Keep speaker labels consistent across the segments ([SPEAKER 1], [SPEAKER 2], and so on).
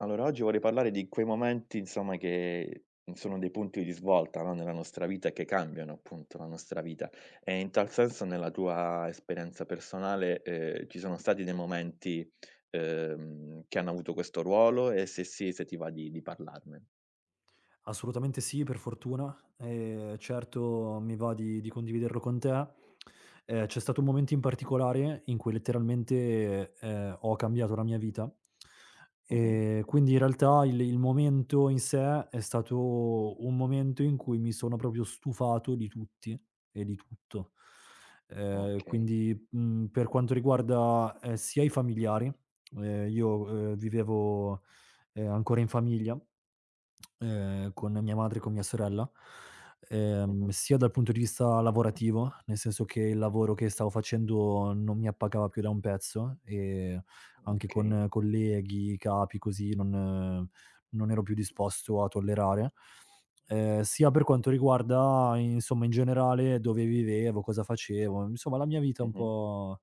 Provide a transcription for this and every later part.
[SPEAKER 1] Allora, oggi vorrei parlare di quei momenti, insomma, che sono dei punti di svolta, no, nella nostra vita e che cambiano, appunto, la nostra vita. E in tal senso, nella tua esperienza personale, ci sono stati dei momenti, che hanno avuto questo ruolo e se sì, se ti va di parlarne.
[SPEAKER 2] Assolutamente sì, per fortuna. Certo mi va di condividerlo con te. C'è stato un momento in particolare in cui letteralmente, ho cambiato la mia vita.
[SPEAKER 1] Mh-mh.
[SPEAKER 2] Quindi in realtà il momento in sé è stato un momento in cui mi sono proprio stufato di tutti e di tutto.
[SPEAKER 1] Okay.
[SPEAKER 2] Quindi, per quanto riguarda, sia i familiari, io, vivevo, ancora in famiglia con mia madre e con mia sorella,
[SPEAKER 1] Mh-mh.
[SPEAKER 2] sia dal punto di vista lavorativo, nel senso che il lavoro che stavo facendo non mi appagava più da un pezzo e anche
[SPEAKER 1] Okay.
[SPEAKER 2] con colleghi, capi, così non eh, non ero più disposto a tollerare, sia per quanto riguarda, insomma, in generale dove vivevo, cosa facevo, insomma la mia vita un
[SPEAKER 1] Mh-mh.
[SPEAKER 2] po'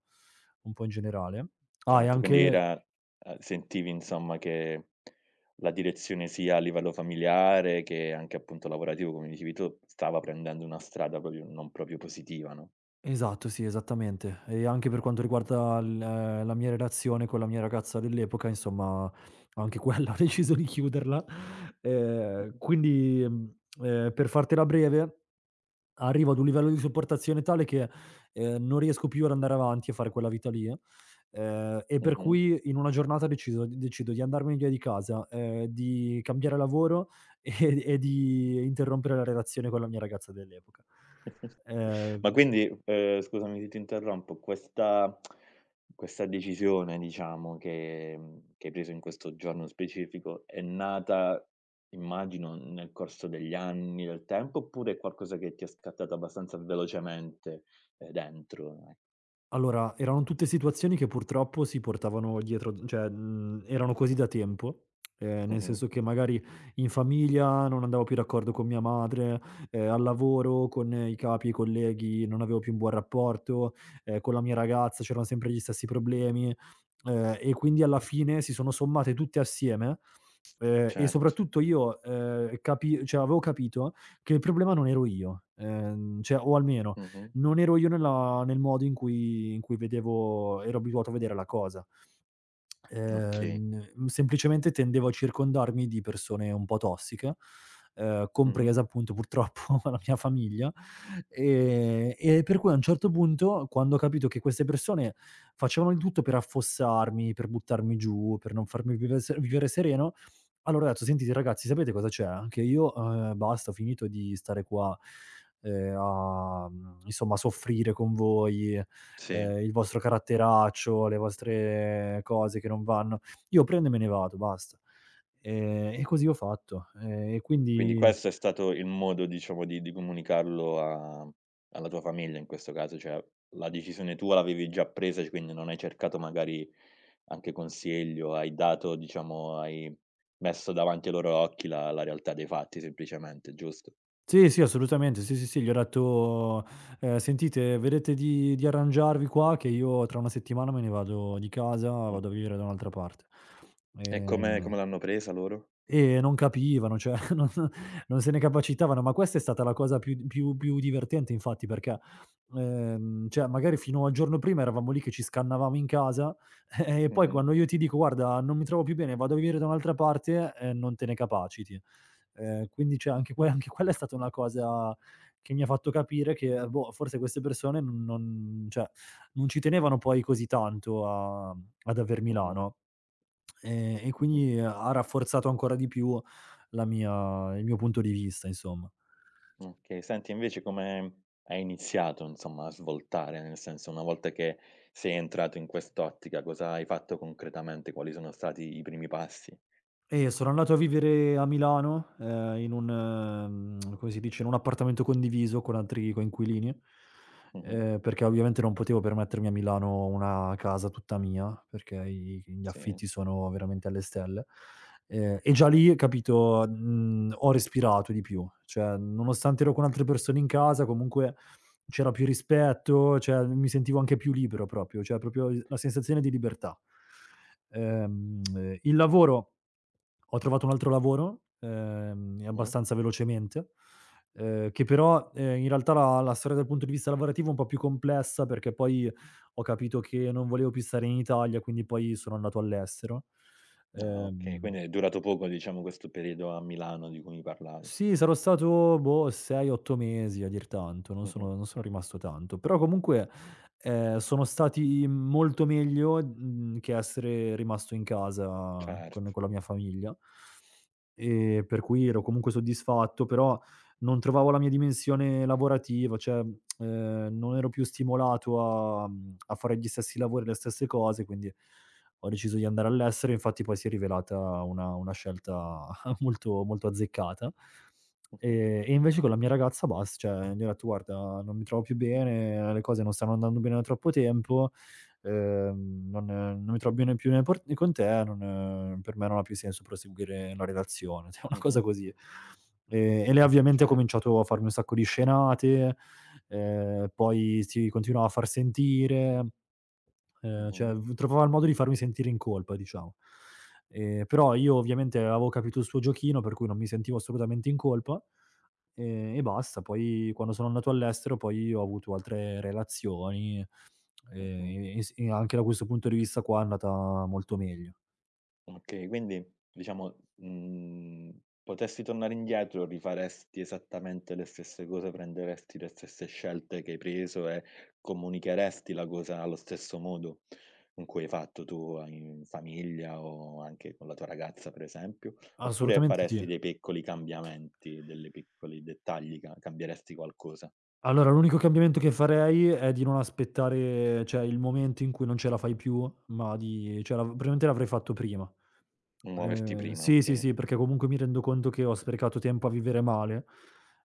[SPEAKER 2] un po' in generale. Ah, e
[SPEAKER 1] Certo, quindi
[SPEAKER 2] anche
[SPEAKER 1] era sentivi insomma che la direzione sia a livello familiare che anche appunto lavorativo, come dicevi tu, stava prendendo una strada proprio non proprio positiva, no?
[SPEAKER 2] esatto, sì, esattamente. E anche per quanto riguarda l la mia relazione con la mia ragazza dell'epoca, insomma, anche quella ho deciso di chiuderla. Ehm,
[SPEAKER 1] Mh-mh.
[SPEAKER 2] quindi, mhmm, per fartela breve, arrivo ad un livello di sopportazione tale che, non riesco più ad andare avanti a fare quella vita lì, e per
[SPEAKER 1] Mh-mh.
[SPEAKER 2] cui in una giornata deciso decido di andarmene via di casa, di cambiare lavoro e di interrompere la relazione con la mia ragazza dell'epoca. Ehm
[SPEAKER 1] Ma quindi, scusami se ti interrompo, questa decisione diciamo che hai preso in questo giorno specifico è nata, immagino, nel corso degli anni, del tempo, oppure è qualcosa che ti è scattato abbastanza velocemente, dentro, ecco?
[SPEAKER 2] Allora, erano tutte situazioni che purtroppo si portavano dietro d cioè, erano così da tempo, nel
[SPEAKER 1] Mh-mh.
[SPEAKER 2] senso che magari in famiglia non andavo più d'accordo con mia madre, al lavoro con i capi, i colleghi non avevo più un buon rapporto, con la mia ragazza c'erano sempre gli stessi problemi, e quindi alla fine si sono sommate tutte assieme, e
[SPEAKER 1] Certo.
[SPEAKER 2] soprattutto io, capi cioè avevo capito che il problema non ero io, cioè o almeno
[SPEAKER 1] Mh-mh.
[SPEAKER 2] non ero io nel modo in cui vedevo ero abituato a vedere la cosa.
[SPEAKER 1] Okay.
[SPEAKER 2] Semplicemente tendevo a circondarmi di persone un po' tossiche,
[SPEAKER 1] Mh-mh.
[SPEAKER 2] compresa appunto purtroppo la mia famiglia, e per cui a un certo punto, quando ho capito che queste persone facevano di tutto per affossarmi, per buttarmi giù, per non farmi vive se vivere sereno, allora ho detto: "Sentite ragazzi, sapete cosa c'è? Che io, basta, ho finito di stare qua, insomma, soffrire con voi,
[SPEAKER 1] Sì.
[SPEAKER 2] il vostro caratteraccio, le vostre cose che non vanno. Io prendo e me ne vado, basta." E così ho fatto. E
[SPEAKER 1] Quindi
[SPEAKER 2] quindi
[SPEAKER 1] questo è stato il modo, diciamo, di comunicarlo a alla tua famiglia in questo caso, cioè la decisione tua l'avevi già presa, c quindi non hai cercato magari anche consiglio, hai dato diciamo hai messo davanti ai loro occhi la realtà dei fatti semplicemente, giusto?
[SPEAKER 2] sì, sì, assolutamente, sì, sì, sì, gli ho detto: sentite, vedete di arrangiarvi qua che io tra 1 settimana me ne vado di casa,
[SPEAKER 1] Mh.
[SPEAKER 2] vado a vivere da un'altra parte".
[SPEAKER 1] E come
[SPEAKER 2] Ehm
[SPEAKER 1] come l'hanno presa loro?
[SPEAKER 2] E non capivano, cioè non se ne capacitavano, ma questa è stata la cosa più divertente infatti perché, cioè magari fino al giorno prima eravamo lì che ci scannavamo in casa, e poi
[SPEAKER 1] Mh-mh,
[SPEAKER 2] quando io ti dico: "Guarda, non mi trovo più bene, vado a vivere da un'altra parte", non te ne capaciti. Quindi cioè anche quella è stata una cosa che mi ha fatto capire che, boh, forse queste persone non non cioè non ci tenevano poi così tanto a ad aver
[SPEAKER 1] mh-mh,
[SPEAKER 2] Milano. E
[SPEAKER 1] mh-mh.
[SPEAKER 2] quindi ha rafforzato ancora di più la mia il mio punto di vista, insomma.
[SPEAKER 1] Okay, senti invece come hai iniziato, insomma, a svoltare? Nel senso, una volta che sei entrato in quest'ottica, cosa hai fatto concretamente? Quali sono stati i primi passi?
[SPEAKER 2] E sono andato a vivere a Milano, in un come si dice, in un appartamento condiviso con altri coinquilini,
[SPEAKER 1] Mh-mh.
[SPEAKER 2] perché ovviamente non potevo permettermi a Milano una casa tutta mia, perché i gli
[SPEAKER 1] Sì.
[SPEAKER 2] affitti sono veramente alle stelle. E già lì, capito, ho respirato di più. Cioè, nonostante ero con altre persone in casa, comunque c'era più rispetto, cioè mi sentivo anche più libero proprio, cioè proprio il la sensazione di libertà. Il lavoro ho trovato un altro lavoro, e
[SPEAKER 1] Mh-mh.
[SPEAKER 2] abbastanza velocemente, che però, in realtà la storia dal punto di vista lavorativo è un po' più complessa, perché poi ho capito che non volevo più stare in Italia, quindi poi sono andato all'estero.
[SPEAKER 1] Ah, okay,
[SPEAKER 2] Ehm
[SPEAKER 1] quindi è durato poco, diciamo, questo periodo a Milano di cui mi parlavi.
[SPEAKER 2] sì, sarò stato boh, 6, 8 mesi a dir tanto,
[SPEAKER 1] Mh-mh.
[SPEAKER 2] non sono rimasto tanto. Però comunque, sono stati molto meglio, che essere rimasto in casa con
[SPEAKER 1] Certo.
[SPEAKER 2] la mia famiglia, per cui ero comunque soddisfatto, però non trovavo la mia dimensione lavorativa, cioè, non ero più stimolato a fare gli stessi lavori, le stesse cose, quindi ho deciso di andare all'estero, infatti poi si è rivelata una scelta molto molto azzeccata. E invece con la mia ragazza bas cioè, gli ho detto: "Guarda, non mi trovo più bene, le cose non stanno andando bene da troppo tempo, non non mi trovo bene più né por né con te, non per me non ha più senso proseguire la relazione", cioè una cosa
[SPEAKER 1] Mh-mh.
[SPEAKER 2] così. E lei ovviamente ha
[SPEAKER 1] Cer
[SPEAKER 2] cominciato a farmi un sacco di scenate, poi si continuava a far sentire.
[SPEAKER 1] Mh-mh.
[SPEAKER 2] Cioè v trovava il modo di farmi sentire in colpa, diciamo. Però io ovviamente avevo capito il suo giochino, per cui non mi sentivo assolutamente in colpa, e basta. Poi quando sono andato all'estero poi ho avuto altre relazioni,
[SPEAKER 1] Mh-mh.
[SPEAKER 2] e s e anche da questo punto di vista qua è andata molto meglio.
[SPEAKER 1] Okay, quindi diciamo, potessi tornare indietro, rifaresti esattamente le stesse cose, prenderesti le stesse scelte che hai preso e comunicheresti la cosa allo stesso modo in cui hai fatto tu a in famiglia o anche con la tua ragazza, per esempio? Oppure
[SPEAKER 2] Assolutamente
[SPEAKER 1] faresti
[SPEAKER 2] sì.
[SPEAKER 1] dei piccoli cambiamenti, delle piccoli dettagli, ca cambieresti qualcosa?
[SPEAKER 2] Allora l'unico cambiamento che farei è di non aspettare, cioè, il momento in cui non ce la fai più, ma di cioè la probabilmente l'avrei fatto prima.
[SPEAKER 1] Muoverti prima,
[SPEAKER 2] Sì, sì,
[SPEAKER 1] okay.
[SPEAKER 2] sì, perché comunque mi rendo conto che ho sprecato tempo a vivere male,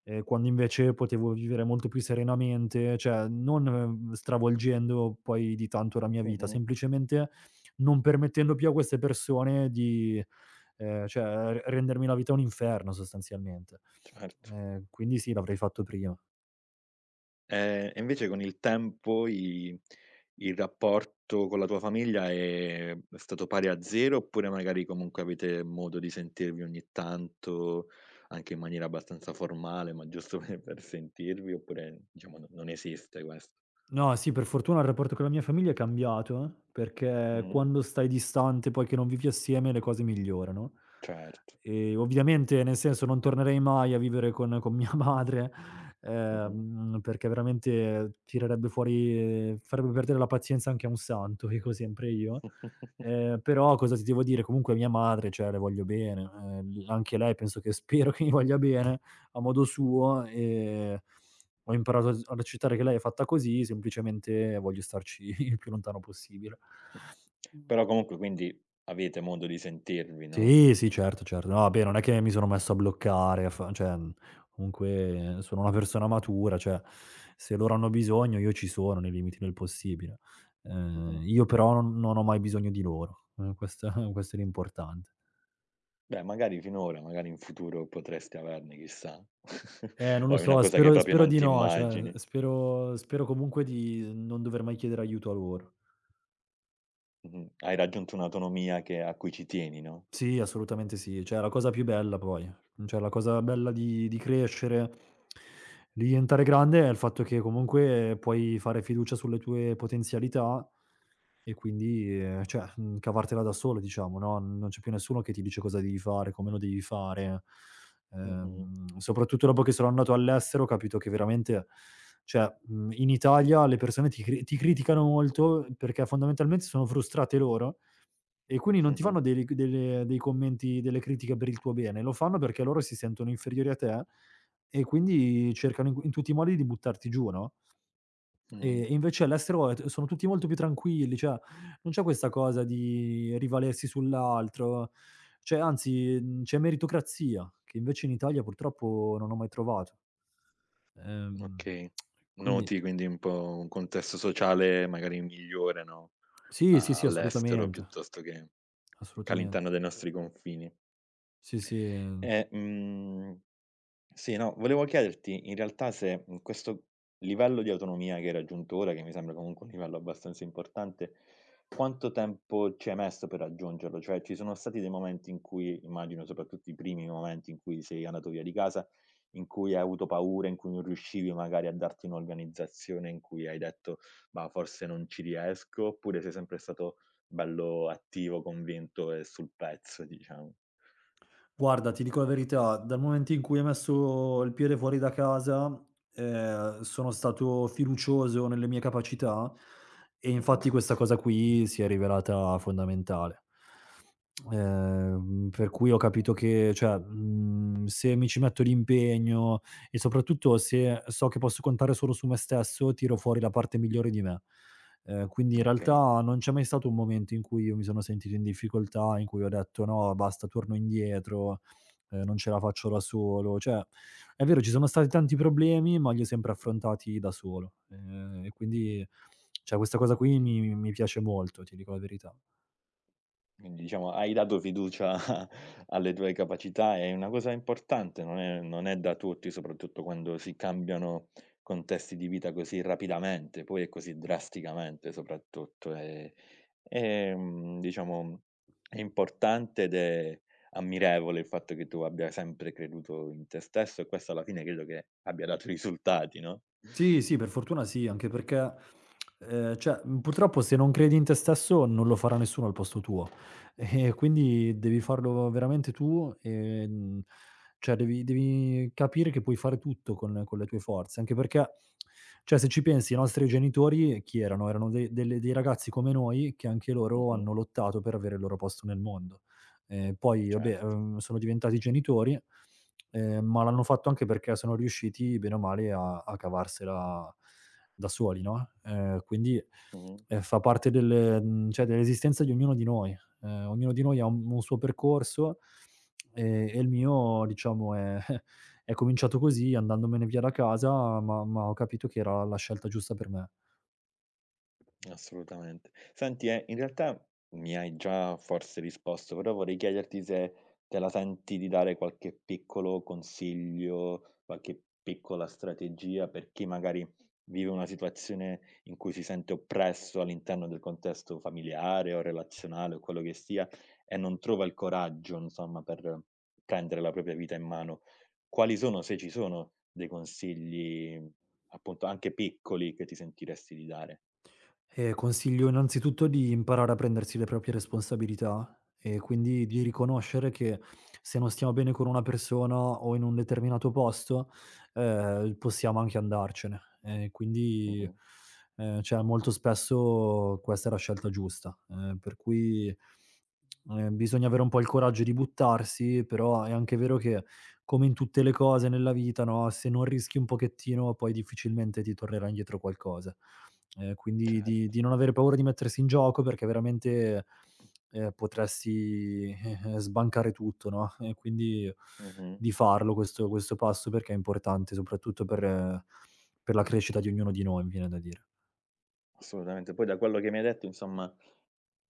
[SPEAKER 2] quando invece potevo vivere molto più serenamente, cioè non stravolgendo poi di tanto la mia vita,
[SPEAKER 1] Mh-mh,
[SPEAKER 2] semplicemente non permettendo più a queste persone di, cioè re rendermi la vita un inferno sostanzialmente.
[SPEAKER 1] certo.
[SPEAKER 2] Quindi sì, l'avrei fatto prima.
[SPEAKER 1] E invece con il tempo i il rapporto con la tua famiglia è stato pari a 0, oppure magari comunque avete modo di sentirvi ogni tanto, anche in maniera abbastanza formale, ma giusto per sentirvi, oppure diciamo no non esiste questo?
[SPEAKER 2] No, sì, per fortuna il rapporto con la mia famiglia è cambiato, perché
[SPEAKER 1] Mh-mh.
[SPEAKER 2] quando stai distante, poi che non vivi assieme, le cose migliorano.
[SPEAKER 1] Certo.
[SPEAKER 2] E ovviamente, nel senso, non tornerei mai a vivere con mia madre,
[SPEAKER 1] Mh-mh.
[SPEAKER 2] perché veramente tirerebbe fuori farebbe perdere la pazienza anche a un santo, dico sempre io. Però cosa ti devo dire, comunque mia madre, cioè le voglio bene, l anche lei penso che spero che mi voglia bene, a modo suo, ho imparato a s ad accettare che lei è fatta così, semplicemente voglio starci il più lontano possibile.
[SPEAKER 1] Però comunque quindi avete modo di sentirvi, no?
[SPEAKER 2] Sì, sì, certo, certo. No, vabbè, non è che mi sono messo a bloccare, a fa cioè, comunque sono una persona matura, cioè se loro hanno bisogno io ci sono nei limiti del possibile. Ehm,
[SPEAKER 1] Mh-mh.
[SPEAKER 2] io però non non ho mai bisogno di loro, questo questo è l'importante.
[SPEAKER 1] Beh, magari finora, magari in futuro potreste averne, chissà.
[SPEAKER 2] Non lo
[SPEAKER 1] O è una
[SPEAKER 2] so,
[SPEAKER 1] cosa che
[SPEAKER 2] spero
[SPEAKER 1] proprio
[SPEAKER 2] spero
[SPEAKER 1] non
[SPEAKER 2] di
[SPEAKER 1] ti
[SPEAKER 2] no, cioè
[SPEAKER 1] immagini.
[SPEAKER 2] spero comunque di non dover mai chiedere aiuto a loro.
[SPEAKER 1] Mh-mh. Hai raggiunto un'autonomia che a cui ci tieni, no.
[SPEAKER 2] Sì, assolutamente sì. Cioè, è la cosa più bella poi. Cioè, la cosa bella di crescere, di diventare grande è il fatto che comunque puoi fare fiducia sulle tue potenzialità e quindi, cioè, cavartela da solo diciamo, no, non c'è più nessuno che ti dice cosa devi fare, come lo devi fare.
[SPEAKER 1] Mh-mh.
[SPEAKER 2] Soprattutto dopo che sono andato all'estero ho capito che veramente cioè, in Italia le persone ti criticano molto perché fondamentalmente sono frustrate loro e quindi non ti
[SPEAKER 1] Mh-mh.
[SPEAKER 2] fanno dei commenti, delle critiche per il tuo bene, lo fanno perché loro si sentono inferiori a te e quindi cercano in tutti i modi di buttarti giù, no,
[SPEAKER 1] Mh-mh.
[SPEAKER 2] e invece all'estero t sono tutti molto più tranquilli, cioè non c'è questa cosa di rivalersi sull'altro, cioè anzi, c'è meritocrazia, che invece in Italia purtroppo non ho mai trovato. Ehm,
[SPEAKER 1] Okay.
[SPEAKER 2] quindi
[SPEAKER 1] Noti quindi un po' un contesto sociale magari migliore, no,
[SPEAKER 2] sì, sì, sì,
[SPEAKER 1] all'estero
[SPEAKER 2] assolutamente,
[SPEAKER 1] piuttosto che
[SPEAKER 2] assolutamen
[SPEAKER 1] all'interno dei nostri confini.
[SPEAKER 2] sì, sì.
[SPEAKER 1] E, mhmm Sì, no, volevo chiederti in realtà se, questo livello di autonomia che hai raggiunto ora, che mi sembra comunque un livello abbastanza importante, quanto tempo ci hai messo per raggiungerlo? Cioè, ci sono stati dei momenti in cui immagino soprattutto i primi momenti in cui sei andato via di casa, in cui hai avuto paura, in cui non riuscivi magari a darti un'organizzazione, in cui hai detto: "Mah, forse non ci riesco", oppure sei sempre stato bello attivo, convinto e sul pezzo diciamo?
[SPEAKER 2] Guarda, ti dico la verità, dal momento in cui hai messo il piede fuori da casa, sono stato fiducioso nelle mie capacità e
[SPEAKER 1] Mh-mh.
[SPEAKER 2] infatti questa cosa qui si è rivelata fondamentale. Per cui ho capito che cioè, se mi ci metto l'impegno e soprattutto se so che posso contare solo su me stesso, tiro fuori la parte migliore di me. Quindi in
[SPEAKER 1] Okay,
[SPEAKER 2] realtà non c'è mai stato un momento in cui io mi sono sentito in difficoltà, in cui ho detto: "No, basta, torno indietro, non ce la faccio da solo". Cioè, è vero, ci sono stati tanti problemi, ma li ho sempre affrontati da solo, e quindi cioè questa cosa qui
[SPEAKER 1] okay.
[SPEAKER 2] mi piace molto, ti dico la verità.
[SPEAKER 1] Quindi diciamo hai dato fiducia alle tue capacità, è una cosa importante, non è da tutti, soprattutto quando si cambiano contesti di vita così rapidamente, poi e così drasticamente soprattutto. Diciamo è importante ed è ammirevole il fatto che tu abbia sempre creduto in te stesso e questo alla fine credo che abbia dato risultati, no.
[SPEAKER 2] Sì, sì, per fortuna sì, anche perché, cioè, purtroppo se non credi in te stesso non lo farà nessuno al posto tuo. E quindi devi farlo veramente tu, cioè devi capire che puoi fare tutto con le tue forze, anche perché, cioè, se ci pensi i nostri genitori chi erano? Erano de delle dei ragazzi come noi che anche loro
[SPEAKER 1] Mh-mh,
[SPEAKER 2] hanno lottato per avere il loro posto nel mondo. Poi vabbè,
[SPEAKER 1] certo.
[SPEAKER 2] sono diventati genitori, ma l'hanno fatto anche perché sono riusciti bene o male a cavarsela da soli, no,
[SPEAKER 1] Mh-mh.
[SPEAKER 2] fa parte del cioè dell'esistenza di ognuno di noi. Ognuno di noi ha un suo percorso, e il mio diciamo è è cominciato così, andandomene via da casa, ma ho capito che era la scelta giusta per me.
[SPEAKER 1] Assolutamente. Senti, in realtà mi hai già forse risposto, però vorrei chiederti se te la senti di dare qualche piccolo consiglio, qualche piccola strategia per chi magari vive una situazione in cui si sente oppresso all'interno del contesto familiare o relazionale o quello che sia e non trova il coraggio, insomma, per prendere la propria vita in mano. Quali sono, se ci sono, dei consigli, appunto, anche piccoli che ti sentiresti di dare?
[SPEAKER 2] Consiglio innanzitutto di imparare a prendersi le proprie responsabilità e quindi di riconoscere che se non stiamo bene con una persona o in un determinato posto, possiamo anche andarcene. Ehm, quindi,
[SPEAKER 1] Mhm.
[SPEAKER 2] ehm, cioè molto spesso questa è la scelta giusta, per cui, bisogna avere un po' il coraggio di buttarsi, però è anche vero che, come in tutte le cose nella vita, no, se non rischi un pochettino poi difficilmente ti tornerà indietro qualcosa. Quindi
[SPEAKER 1] Certo,
[SPEAKER 2] di non avere paura di mettersi in gioco perché veramente, potresti, sbancare tutto, no, e quindi
[SPEAKER 1] mh-mh,
[SPEAKER 2] di farlo questo passo perché è importante soprattutto per la crescita di ognuno di noi, mi viene da dire.
[SPEAKER 1] assolutamente. Poi da quello che mi hai detto, insomma,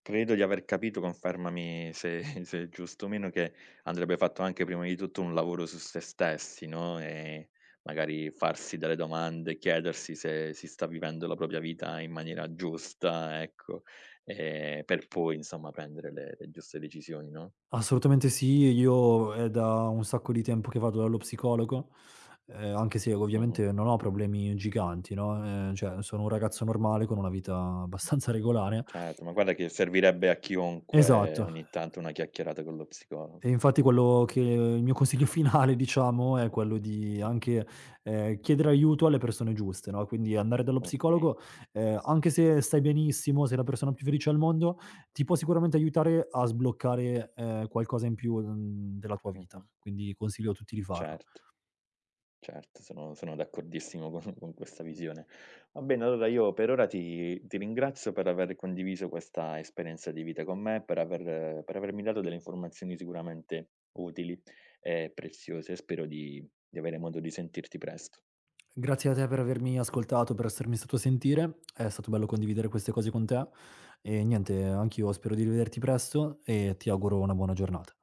[SPEAKER 1] credo di aver capito, confermami se se è giusto o meno, che andrebbe fatto anche prima di tutto un lavoro su se stessi, no, e magari farsi delle domande, chiedersi se si sta vivendo la propria vita in maniera giusta, ecco, per poi insomma prendere le giuste decisioni, no?
[SPEAKER 2] Assolutamente sì, io è da un sacco di tempo che vado dallo psicologo, anche se
[SPEAKER 1] Mh-mh.
[SPEAKER 2] ovviamente non ho problemi giganti, no, cioè sono un ragazzo normale con una vita abbastanza regolare.
[SPEAKER 1] Certo, ma guarda che servirebbe a chiunque
[SPEAKER 2] Esatto.
[SPEAKER 1] ogni tanto una chiacchierata con lo psicologo.
[SPEAKER 2] E infatti quello che il mio consiglio finale diciamo è quello di
[SPEAKER 1] Mh-mh.
[SPEAKER 2] anche, chiedere aiuto alle persone giuste, no, quindi andare dallo
[SPEAKER 1] Okay.
[SPEAKER 2] psicologo, anche se stai benissimo, sei la persona più felice al mondo, ti può sicuramente aiutare a sbloccare, qualcosa in più, della tua vita.
[SPEAKER 1] Mh-mh.
[SPEAKER 2] Quindi consiglio a tutti di farlo.
[SPEAKER 1] Certo. Certo, sono d'accordissimo con con questa visione. Va bene, allora io per ora ti ringrazio per aver condiviso questa esperienza di vita con me, per avermi dato delle informazioni sicuramente utili e preziose. Spero di avere modo di sentirti presto.
[SPEAKER 2] Grazie a te per avermi ascoltato, per essermi stato a sentire, è stato bello condividere queste cose con te e niente, anch'io spero di rivederti presto e ti auguro una buona giornata.